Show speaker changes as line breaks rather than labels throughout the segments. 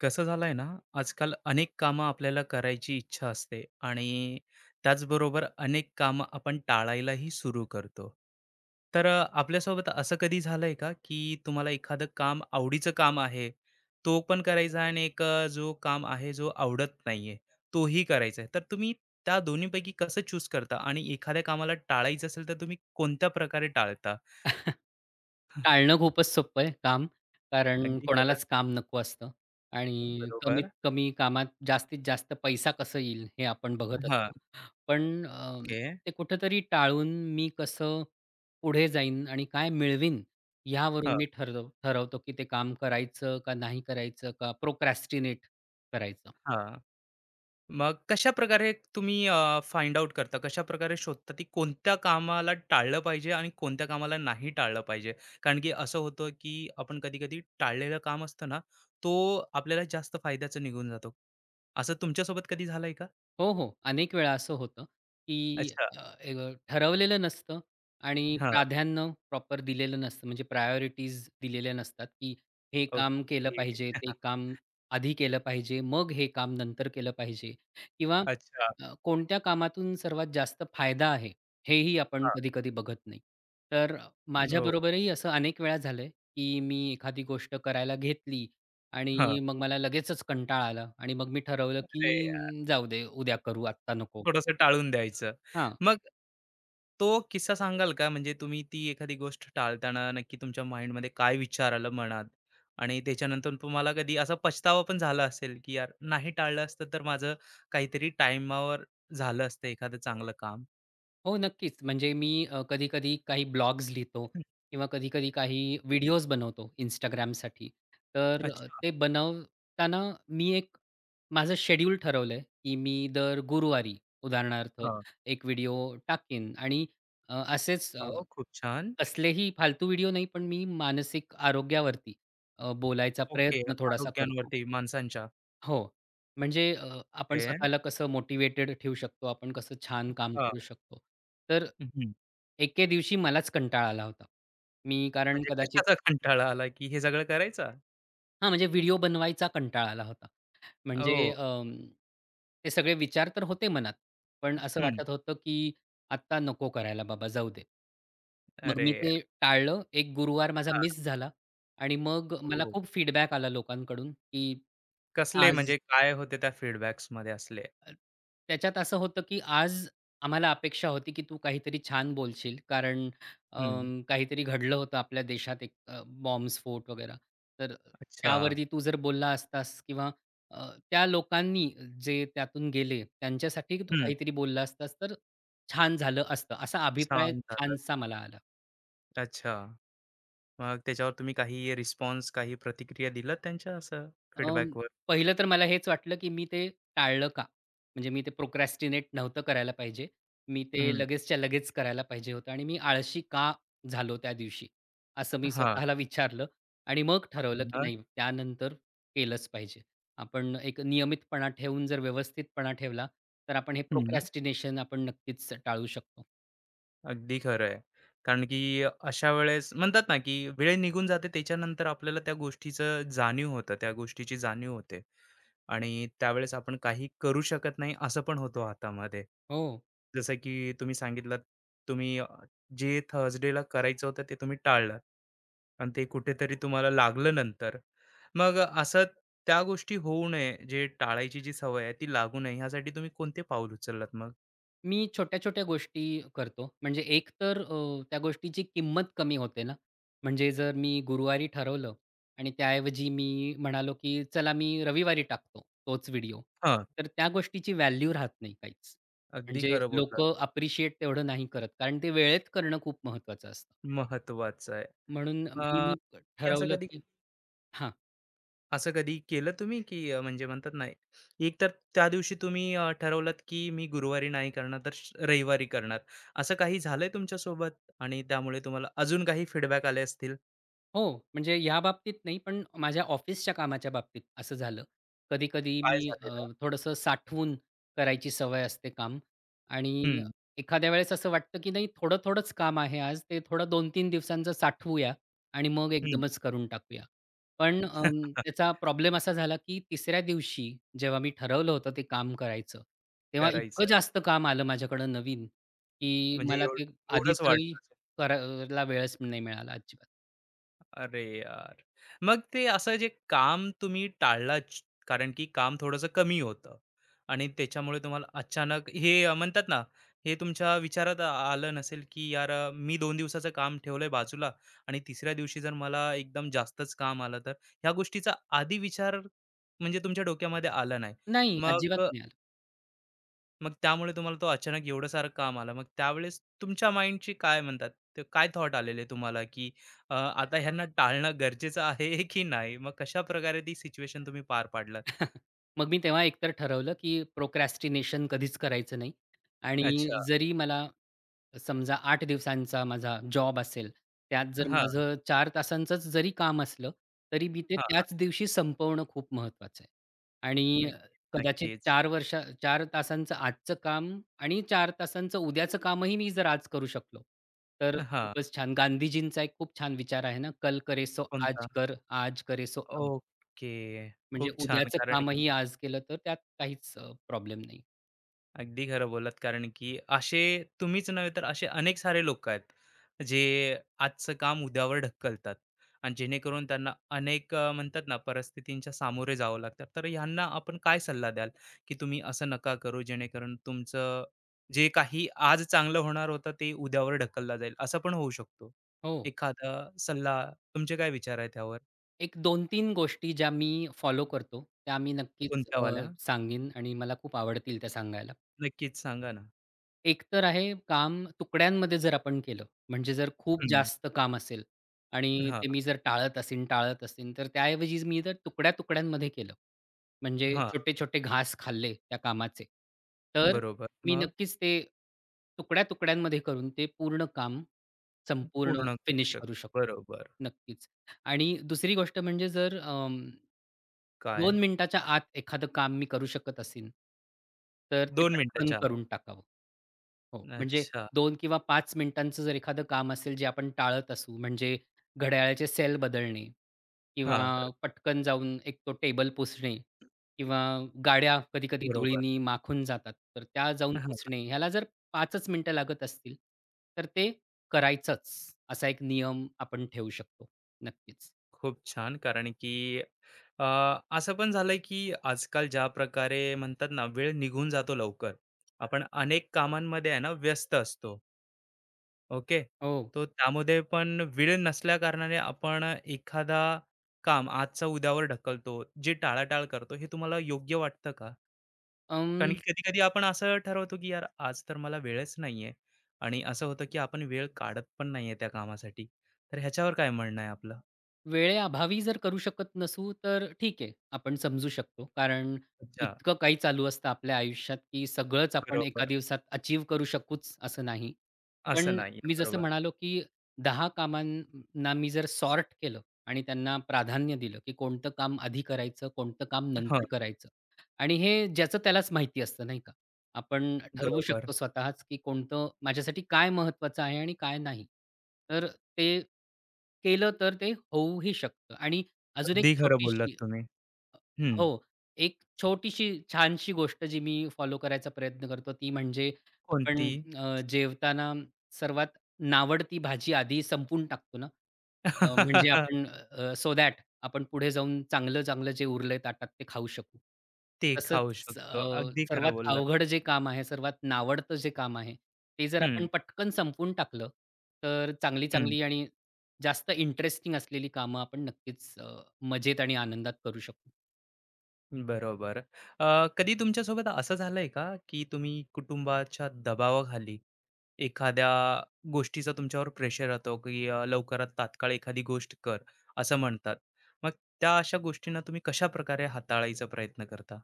कसं झालंय ना, आजकाल अनेक कामं आपल्याला करायची इच्छा असते आणि त्याचबरोबर अनेक कामं आपण टाळायलाही सुरू करतो. तर आपल्यासोबत असं कधी झालंय का, की तुम्हाला एखादं काम आवडीचं काम आहे, तो पण करायचा आणि एक जो काम आहे जो आवडत नाहीये, तोही करायचा आहे. तर तुम्ही त्या दोन्हीपैकी कसं चूज करता आणि एखाद्या कामाला टाळायचं असेल, तर तुम्ही कोणत्या प्रकारे टाळता?
टाळणं खूपच सोपं आहे काम, कारण
अगदी खरं.
कोणालाच काम नको असतं आणि कमीत
बरोबर.
कमी कामात जास्तीत जास्त पैसा कसं येईल हे आपण बघत
हां.
असतो. पण
ओके.
ते कुठेतरी टाळून मी कसं पुढे जाईन आणि काय मिळवीन
हां,
ह्यावरून मी ठरवतो, की ते काम करायचं का नाही करायचं का प्रोक्रॅस्टिनेट करायचं.
हां. मग कशा प्रकारे तुम्ही फाइंड आउट करता? कशा प्रकारे शोधता, की कोणत्या कामाला टाळलं पाहिजे आणि कोणत्या कामाला नाही टाळलं पाहिजे? कारण की असं होतं, की आपण कधी-कधी टाळलेलं काम असतं ना, तो आपल्याला जास्त फायद्याचं निघून जातो. असं तुमच्यासोबत कधी झालंय का?
हो, हो. अनेक वेळा असं होतं, की
अच्छा.
अ, अ, ठरवलेलं नसतं आणि
हां.
प्राधान्य प्रॉपर दिलेलं नसतं. म्हणजे प्रायोरिटीज दिलेल्या नसतात, की हे काम केलं
ओके.
पाहिजे, ते काम आधी केलं पाहिजे, मग हे काम नंतर केलं पाहिजे किंवा
अच्छा.
कोणत्या कामातून सर्वात जास्त फायदा आहे, हेही आपण
हां.
कधी-कधी बघत नाही. तर
हो.
माझ्याबरोबरही असं अनेक वेळा झालंय, की मी एखादी गोष्ट करायला घेतली
हां.
आणि मग मला लगेचच कंटाळा आला आणि मग मी ठरवलं,
अरे
की जाऊ दे उद्या करू आत्ता नको.
थोडंसं टाळून द्यायचं.
हां.
मग तो किस्सा सांगाल का? म्हणजे तुम्ही ती एखादी गोष्ट टाळताना नक्की तुमच्या माइंडमध्ये काय विचार आलं मनात? आणि त्याच्यानंतर तुम्हाला कधी असा पछतावा पण झाला असेल, की यार नाही टाळलं असतं तर माझं काहीतरी टाईमावर झालं असतं एखादं चांगलं काम.
हो, नक्कीच. म्हणजे मी कधी-कधी काही ब्लॉग्स लिहितो
हं,
किंवा कधी-कधी काही व्हिडिओज बनवतो Instagramसाठी. तर
अच्छा.
ते बनवताना मी एक माझं शेड्यूल ठरवलंय, की मी दर गुरुवारी उदाहरणार्थ
हां.
एक व्हिडिओ टाकेन आणि असेच
हो, खूप छान.
कसलेही फालतू व्हिडिओ नाही, पण मी मानसिक आरोग्यावरती बोलायचा
ओके.
प्रयत्न थोडासा करतो.
आरोग्यांवरती माणसांच्या.
हो. म्हणजे आपण
ओके.
स्वतःला कसं मोटिव्हेटेड ठेवू शकतो, आपण कसं छान काम
हां.
करू शकतो. तर
हं,
एके दिवशी मलाच कंटाळा आला होता. मी कारण
म्हणजे
कदाचित
कशाचा कंटाळा आला, की हे सगळं करायचा?
हां, म्हणजे व्हिडिओ बनवायचा कंटाळा आला होता. म्हणजे
ओह!
ते सगळे विचार तर होते मनात, पण असं
हं.
वाटत होतं, की "आत्ता नको करायला बाबा, जाऊ दे." मग
अरे!
मी ते टाळलं. एक गुरुवार माझा
हां.
मिस झाला आणि मग मला
हो.
खूप फीडबॅक आला लोकांकडून, की
कसले
"आज
म्हणजे काय होते त्या फीडबॅक्समध्ये असले?
अ, त्याच्यात असं होतं, की आज आम्हाला अपेक्षा होती, की तू काहीतरी छान बोलशील कारण
हं.
काहीतरी घडलं होतं आपल्या देशात एक बॉम्बस्फोट वगैरे. तर
अच्छा.
त्यावरती तू जर बोलला असतास किंवा त्या लोकांनी जे त्यातून गेले त्यांच्यासाठी तू
हं.
काहीतरी बोलला असतास, तर छान झालं असतं." असा अभिप्राय
छान झालं.
छानसा मला आला.
अच्छा. मग त्याच्यावर तुम्ही काही रिस्पॉन्स, काही प्रतिक्रिया दिलात त्यांच्या असं
अं,
फीडबॅकवर?
पहिलं तर मला हेच वाटलं, की मी ते टाळलं का? म्हणजे मी ते प्रोक्रॅस्टिनेट नव्हतं करायला पाहिजे. मी ते
हं.
लगेचच्या लगेच करायला पाहिजे होतं आणि मी आळशी का झालो त्या दिवशी? असं मी
हां.
स्वतःला विचारलं आणि मग ठरवलं, की
मग?
नाही, त्यानंतर केलंच पाहिजे. आपण एक नियमितपणा ठेवून जर व्यवस्थितपणा ठेवला, तर आपण हे
हं.
प्रोक्रॅस्टिनेशन आपण नक्कीच टाळू शकतो.
अगदी खरं आहे. कारण की अशा वेळेस म्हणतात ना, की वेळ निघून जाते त्याच्यानंतर आपल्याला त्या गोष्टीचं जाणीव होतं, त्या गोष्टीची जाणीव होते. आणि त्यावेळेस आपण काही करू शकत नाही असं पण होतो हातामध्ये.
हो.
जसं की तुम्ही सांगितलंत, तुम्ही जे थर्सडेला करायचं होतं ते तुम्ही टाळलात आणि ते कुठेतरी तुम्हाला लागलं नंतर. मग असं त्या गोष्टी होऊ नये, जे टाळायची जी सवय आहे ती लागू नये ह्यासाठी तुम्ही कोणते पाऊल उचललात मग?
मी छोट्या-छोट्या गोष्टी करतो. म्हणजे एक तर त्या गोष्टीची किंमत कमी होते ना. म्हणजे जर मी गुरुवारी ठरवलं आणि त्याऐवजी मी म्हणालो, की चला मी रविवारी टाकतो तोच व्हिडिओ.
हां,
तर त्या गोष्टीची व्हॅल्यू राहत नाही काहीच.
अगदी
म्हणजे
खरं बोललात.
लोकं अप्रिशिएट तेवढं नाही करत. कारण ते वेळेत करणं खूप महत्वाचं असतं.
महत्वाचं आहे.
म्हणून
अ,
मी मग
तुम्ही असं
ठरवलं,
कधी
की हां.
केलं तुम्ही की म्हणजे म्हणतात ना एक तर त्या दिवशी तुम्ही ठरवलात की मी गुरुवारी नाही करणार तर रविवारी करणार असं काही झालंय तुमच्या सोबत आणि त्यामुळे तुम्हाला अजून काही फीडबॅक आले असतील
हो, म्हणजे या बाबतीत नाही, पण माझ्या ऑफिसच्या कामाच्या बाबतीत असं झालं. कधी-कधी
काय
मी
झालेलं
थोडंसं साठवून करायची सवय असते काम आणि
हम्म
एखाद्या वेळेस असं वाटतं, की नाही थोडं-थोडंच काम आहे आज, ते थोडं 2-3 दिवसांचं साठवूया आणि मग
हम्म
एकदमच करून टाकूया. पण त्याचा प्रॉब्लेम असा झाला, की तिसऱ्या दिवशी जेव्हा मी ठरवलं होतं ते काम करायचं, तेव्हा इतकं
करायचं
जास्त काम आलं माझ्याकडं नवीन, की
म्हणजे
मला ते
एवढंच
आधीचंही
वाढलं
करायला वेळच नाही मिळाला अजिबात.
अरे यार! मग ते असं जे काम तुम्ही टाळलाच कारण की काम थोडंसं कमी होतं आणि त्याच्यामुळे तुम्हाला अचानक हे म्हणतात ना, हे तुमच्या विचारात आलं नसेल की यार मी 2 दिवसाचं काम ठेवलंय बाजूला आणि तिसऱ्या दिवशी जर मला एकदम जास्तच काम आलं तर? ह्या गोष्टीचा आधी विचार म्हणजे तुमच्या डोक्यामध्ये आला नाही.
नाही,
मग
अजिबात नाही आलं.
मग त्यामुळे तुम्हाला तो अचानक एवढं सारं काम आलं. मग त्यावेळेस तुमच्या माइंडची काय म्हणतात, ते काय थॉट आलेले तुम्हाला, की आता ह्यांना टाळणं गरजेचं आहे की नाही? मग कशाप्रकारे ती सिच्युएशन तुम्ही पार पाडलात?
मग मी तेव्हा एकतर ठरवलं, की प्रोक्रॅस्टिनेशन कधीच करायचं नाही आणि
अच्छा.
जरी मला समजा 8 दिवसांचा माझा जॉब असेल, त्यात जर
हां,
माझं 4 तासांचंच जरी काम असलं, तरी मी ते
हां.
त्याच दिवशी संपवणं खूप महत्त्वाचं आहे. आणि
नक्क
कदाचित
नक्कीच.
4 तासांचं आजचं काम आणि 4 तासांचं उद्याचं कामही मी जर आज करू शकलो, तर
हां.
खूपच छान. गांधीजींचा एक खूप छान विचार आहे ना, "कल करे सो
कोणता?
आज कर, आज करे सो."
ओके.
म्हणजे
खूप छान.
उद्याचं
कारण
कामही आज केलं तर त्यात काहीच प्रॉब्लेम नाही.
अगदी खरं बोलत कारण की असे तुम्हीच नव्हे तर असे अनेक सारे लोक आहेत जे आजचं काम उद्यावर ढकलतात आणि जेणेकरून त्यांना अनेक म्हणतात ना परिस्थितींच्या सामोरे जावं लागतात तर ह्यांना आपण काय सल्ला द्याल की तुम्ही असं नका करू जेणेकरून तुमचं जे काही आज चांगलं होणार होतं ते उद्यावर ढकलला जाईल असं पण होऊ शकतो
हो.
एखादा सल्ला तुमचे काय विचार आहेत त्यावर
एक 2 तीन गोष्टी ज्या मी फॉलो करतो, त्या मी नक्कीच
कोणत्यावाल्या
सांगेन आणि मला खूप आवडतील त्या सांगायला.
नक्कीच सांगा ना
एक तर आहे काम तुकड्यांमध्ये जर आपण केलं, म्हणजे जर खूप
हम्म,
जास्त काम असेल आणि
हा
ते मी जर टाळत असेन, तर त्याऐवजी मी जर तुकड्या-तुकड्यांमध्ये केलं, म्हणजे
हा
छोटे-छोटे घास खाल्ले त्या कामाचे, तर
बरोबर
मी
मग
नक्कीच ते तुकड्या-तुकड्यांमध्ये करून ते पूर्ण काम संपूर्ण
पूर्ण करू
फिनिश
शकतो.
करू शकतो.
बरोबर.
नक्कीच. आणि दुसरी गोष्ट म्हणजे जर
काय?
2 मिनिटाच्या आत एखादं काम मी करू शकत असेन, तर ते
दोन
पटकन
मिनिटाच्या आत.
करून टाकावं. हो, म्हणजे
अच्छा.
2 किंवा 5 मिनिटांचं जर एखादं काम असेल जे आपण टाळत असू, म्हणजे घड्याळाचे सेल बदलणे
हां,
किंवा पटकन जाऊन एक तो टेबल पुसणे किंवा गाड्या कधी-कधी
बरोबर.
धुळीनी माखून जातात, तर त्या जाऊन
हां,
पुसणे, ह्याला जर 5च मिनिटं लागत असतील, तर ते करायचंच, असा एक नियम आपण ठेवू शकतो. नक्कीच.
खूप छान. कारण की अ, असं पण झालंय की आजकाल ज्या प्रकारे म्हणतात ना, वेळ निघून जातो लवकर. आपण अनेक कामांमध्ये आहे ना, व्यस्त असतो. ओके.
हो.
तो त्यामध्ये पण वेळ नसल्याकारणाने आपण एखादा काम आजचा उद्यावर ढकलतो, जे टाळाटाळ करतो. हे तुम्हाला योग्य वाटतं का? कारण की कधी-कधी आपण असं ठरवतो, की यार आज तर मला वेळच नाहीये आणि असं होतं, की आपण वेळ काढत पण नाहीये त्या कामासाठी. तर ह्याच्यावर काय म्हणणं आहे आपलं?
वेळेअभावी जर करू शकत नसू, तर ठीक आहे, आपण समजू शकतो. कारण
अच्छा,
इतकं काही चालू असतं आपल्या आयुष्यात, की सगळंच आपण एका
बरोबर.
दिवसात अचीव करू शकूच असं नाही.
असं
पण
नाहीये.
मी जसं
बरोबर.
म्हणालो, की 10 कामांना मी जर सॉर्ट केलं आणि त्यांना प्राधान्य दिलं, की कोणतं काम आधी करायचं, कोणतं काम
हं,
नंतर करायचं आणि हे ज्याचं त्यालाच माहिती असतं, नाही का? आपण ठरवू
बरोबर.
शकतो स्वतःच, की कोणतं माझ्यासाठी काय महत्त्वाचं आहे आणि काय नाही. तर ते केलं तर ते होऊही शकतं आणि अजून एक
अगदी खरं बोललात
छोटीशी
तुम्ही.
अ,
हं.
हो. एक छोटीशी छानशी गोष्ट जी मी फॉलो करायचा प्रयत्न करतो ती म्हणजे आपण
कोणती?
जेवताना सर्वात नावडती भाजी आधी संपवून टाकतो ना. म्हणजे आपण सो दॅट आपण पुढे जाऊन चांगलं-चांगलं जे उरलंय ताटात ते खाऊ शकू.
ते खाऊ
तसंच
शकतो. अगदी
सर्वात
खरं बोललात.
अवघड जे काम आहे, सर्वात नावडतं जे काम आहे ते जर
हं,
आपण पटकन संपवून टाकलं, तर
हं.
चांगली-चांगली आणि जास्त इंटरेस्टिंग असलेली कामं आपण नक्कीच मजेत आणि आनंदात करू शकू.
बरोबर. कधी तुमच्यासोबत असं झालंय का, की तुम्ही कुटुंबाच्या दबावाखाली एखाद्या गोष्टीचा तुमच्यावर प्रेशर येतो, की लवकरात तात्काळ एखादी गोष्ट कर, असं म्हणतात. मग त्या अशा गोष्टींना तुम्ही कशाप्रकारे हाताळायचा प्रयत्न करता?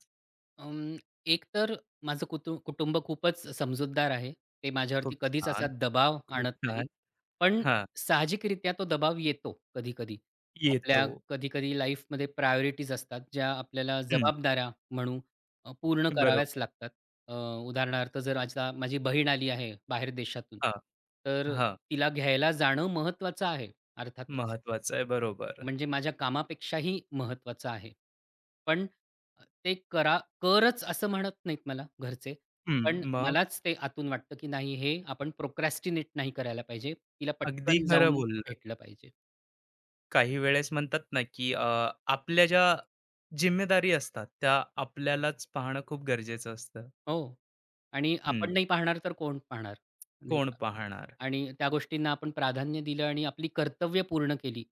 अं, एक तर माझं कुटुंब खूपच समजूतदार आहे. ते
खूप
माझ्यावरती कधीच असा
छान,
दबाव
खूप
आणत नाहीत.
छान.
पण
हां,
साहजिकरित्या तो दबाव येतो कधी-कधी.
येतो.
आपल्या कधी-कधी लाईफमध्ये प्रायोरिटीज असतात, ज्या आपल्याला
हं,
जबाबदाऱ्या म्हणू पूर्ण कराव्याच
बरोबर.
लागतात. अ, उदाहरणार्थ जर आता माझी बहीण आली आहे बाहेर देशातून,
हां,
तर
हां.
तिला घ्यायला जाणं महत्त्वाचं आहे अर्थातच.
महत्वाचं आहे. बरोबर.
म्हणजे माझ्या कामापेक्षाही महत्त्वाचं आहे. पण ते करा करच असं म्हणत नाहीत मला घरचे.
हं,
पण
मग
मलाच ते आतून वाटतं, की नाही, हे आपण प्रोक्रॅस्टिनेट नाही करायला पाहिजे. तिला
अगदी
पटकन
खरं
जाऊन
बोललात.
भेटलं पाहिजे.
काही वेळेस म्हणतात ना, की आपल्या ज्या जिम्मेदारी असतात, त्या आपल्यालाच पाहणं खूप गरजेचं असतं.
हो. आणि
हं,
आपण नाही पाहणार तर कोण पाहणार? नाही
कोण
का?
पाहणार?
आणि त्या गोष्टींना आपण प्राधान्य दिलं आणि आपली कर्तव्य पूर्ण केली,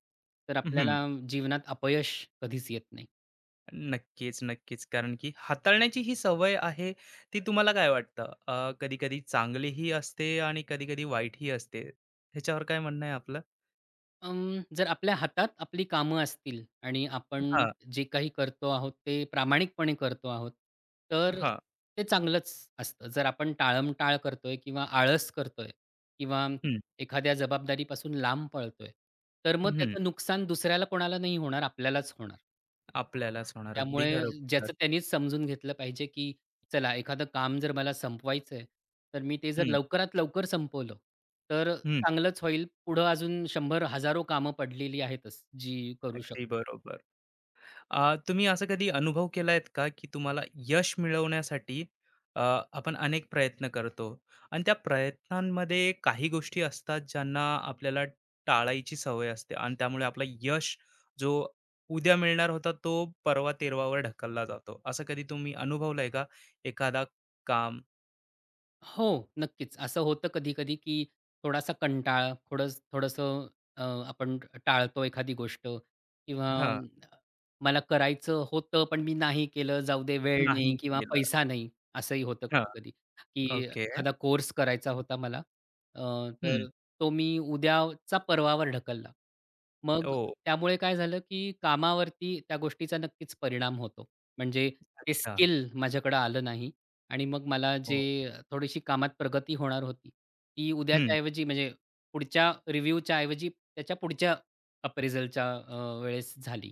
तर
हं,
आपल्याला जीवनात अपयश कधीच येत नाही.
नक्कीच, नक्कीच. कारण की हाताळण्याची ही सवय आहे, ती तुम्हाला काय वाटतं? कधी-कधी चांगलीही असते आणि कधी-कधी वाईटही असते. ह्याच्यावर काय म्हणणं आहे आपलं?
जर आपल्या हातात आपली कामं असतील आणि आपण
हां,
जे काही करतो आहोत, ते प्रामाणिकपणे करतो आहोत, तर
हां.
ते चांगलंच असतं. जर आपण टाळमटाळ करतोय किंवा आळस करतोय किंवा
हं,
एखाद्या जबाबदारीपासून लांब पळतोय, तर मग
हं.
त्याचं नुकसान दुसऱ्याला कोणाला नाही होणार, आपल्यालाच होणार.
आपल्यालाच होणार. अगदी
त्यामुळे
खरं बोललात.
ज्याचं त्यांनीच समजून घेतलं पाहिजे, की चला एखादं काम जर मला संपवायचंय, तर मी ते जर
हं,
लवकरात लवकर संपवलं, तर
हं.
चांगलंच होईल. पुढं अजून शंभर हजारो कामं पडलेली आहेतच, जी करू शकतो.
अगदी बरोबर. तुम्ही असं कधी अनुभव केलायत का, की तुम्हाला यश मिळवण्यासाठी अ, आपण अनेक प्रयत्न करतो आणि त्या प्रयत्नांमध्ये काही गोष्टी असतात ज्यांना आपल्याला टाळायची सवय असते आणि त्यामुळे आपला यश जो उद्या मिळणार होता तो परवा तेरवावर ढकलला जातो. असं कधी तुम्ही अनुभवलंय का? एखादा काम
हो, नक्कीच. असं होतं कधी-कधी, की थोडासा कंटाळा, थोडंसं आपण टाळतो एखादी गोष्ट किंवा
हां,
हं. मला करायचं होतं, पण मी नाही केलं, जाऊ दे, वेळ
नाही
नाही किंवा
केलं.
पैसा नाही, असंही होतं
हां,
कधी-कधी, की
ओके.
एखादा कोर्स करायचा होता मला. अ,
हं.
तर तो मी उद्याचा परवावर ढकलला. मग
ओह!
त्यामुळे काय झालं, की कामावरती त्या गोष्टीचा नक्कीच परिणाम होतो. म्हणजे ते
अच्छा.
स्किल माझ्याकडे आलं नाही आणि मग मला
हो.
जे थोडीशी कामात प्रगती होणार होती, ती
हं.
उद्याच्या ऐवजी म्हणजे पुढच्या रिव्ह्यूच्या ऐवजी त्याच्या पुढच्या अप्रेझलच्या वेळेस झाली.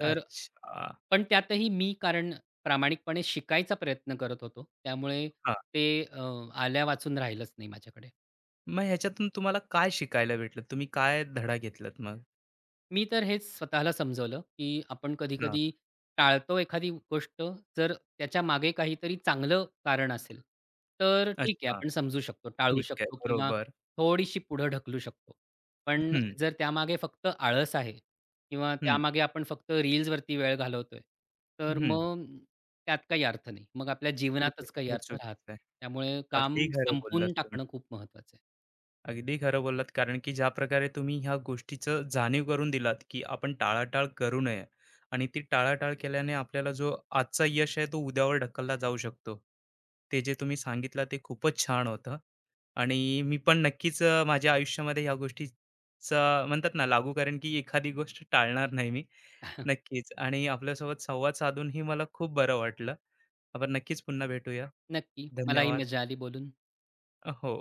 तर
अच्छा.
पण त्यातही मी कारण प्रामाणिकपणे शिकायचा प्रयत्न करत होतो. त्यामुळे ते अ, आल्या वाचून राहिलंच नाही माझ्याकडे.
मग ह्याच्यातून तुम्हाला काय शिकायला भेटलं? तुम्ही काय धडा घेतलात मग?
मी तर हेच स्वतःला समजवलं, की आपण
हां,
कधी-कधी टाळतो एखादी गोष्ट, जर त्याच्यामागे काहीतरी चांगलं कारण असेल, तर ठीक आहे,
अच्छा.
आपण समजू शकतो, टाळू
ठीक आहे.
शकतो किंवा
बरोबर.
थोडीशी पुढं ढकलू शकतो. पण
हं,
जर त्यामागे फक्त आळस आहे किंवा
हं,
त्यामागे आपण फक्त रील्सवरती वेळ घालवतोय, तर
हं.
मग त्यात काही अर्थ नाही. मग आपल्या जीवनातच
कुठेही
काही
ते
अर्थ राहत
चुकीचं आहे.
नाही. त्यामुळे काम
अगदी खरं
संपवून
बोललात
टाकणं खूप महत्त्वाचं आहे.
अगदी खरं बोललात कारण की ज्या प्रकारे तुम्ही ह्या गोष्टीचं जाणीव करून दिलात की आपण टाळाटाळ करू नये आणि ती टाळाटाळ केल्याने आपल्याला जो आजचा यश आहे तो उद्यावर ढकलला जाऊ शकतो ते जे तुम्ही सांगितलं ते खूपच छान होतं आणि मी पण नक्कीच माझ्या आयुष्यामध्ये ह्या गोष्टीचा म्हणतात ना लागू कारण की एखादी गोष्ट टाळणार नाही मी नक्कीच आणि आपल्यासोबत संवाद साधूनही मला खूप बरं वाटलं आपण नक्कीच पुन्हा भेटूया
नक्की. मलाही
धन्यवाद
मजा आली बोलून.
हो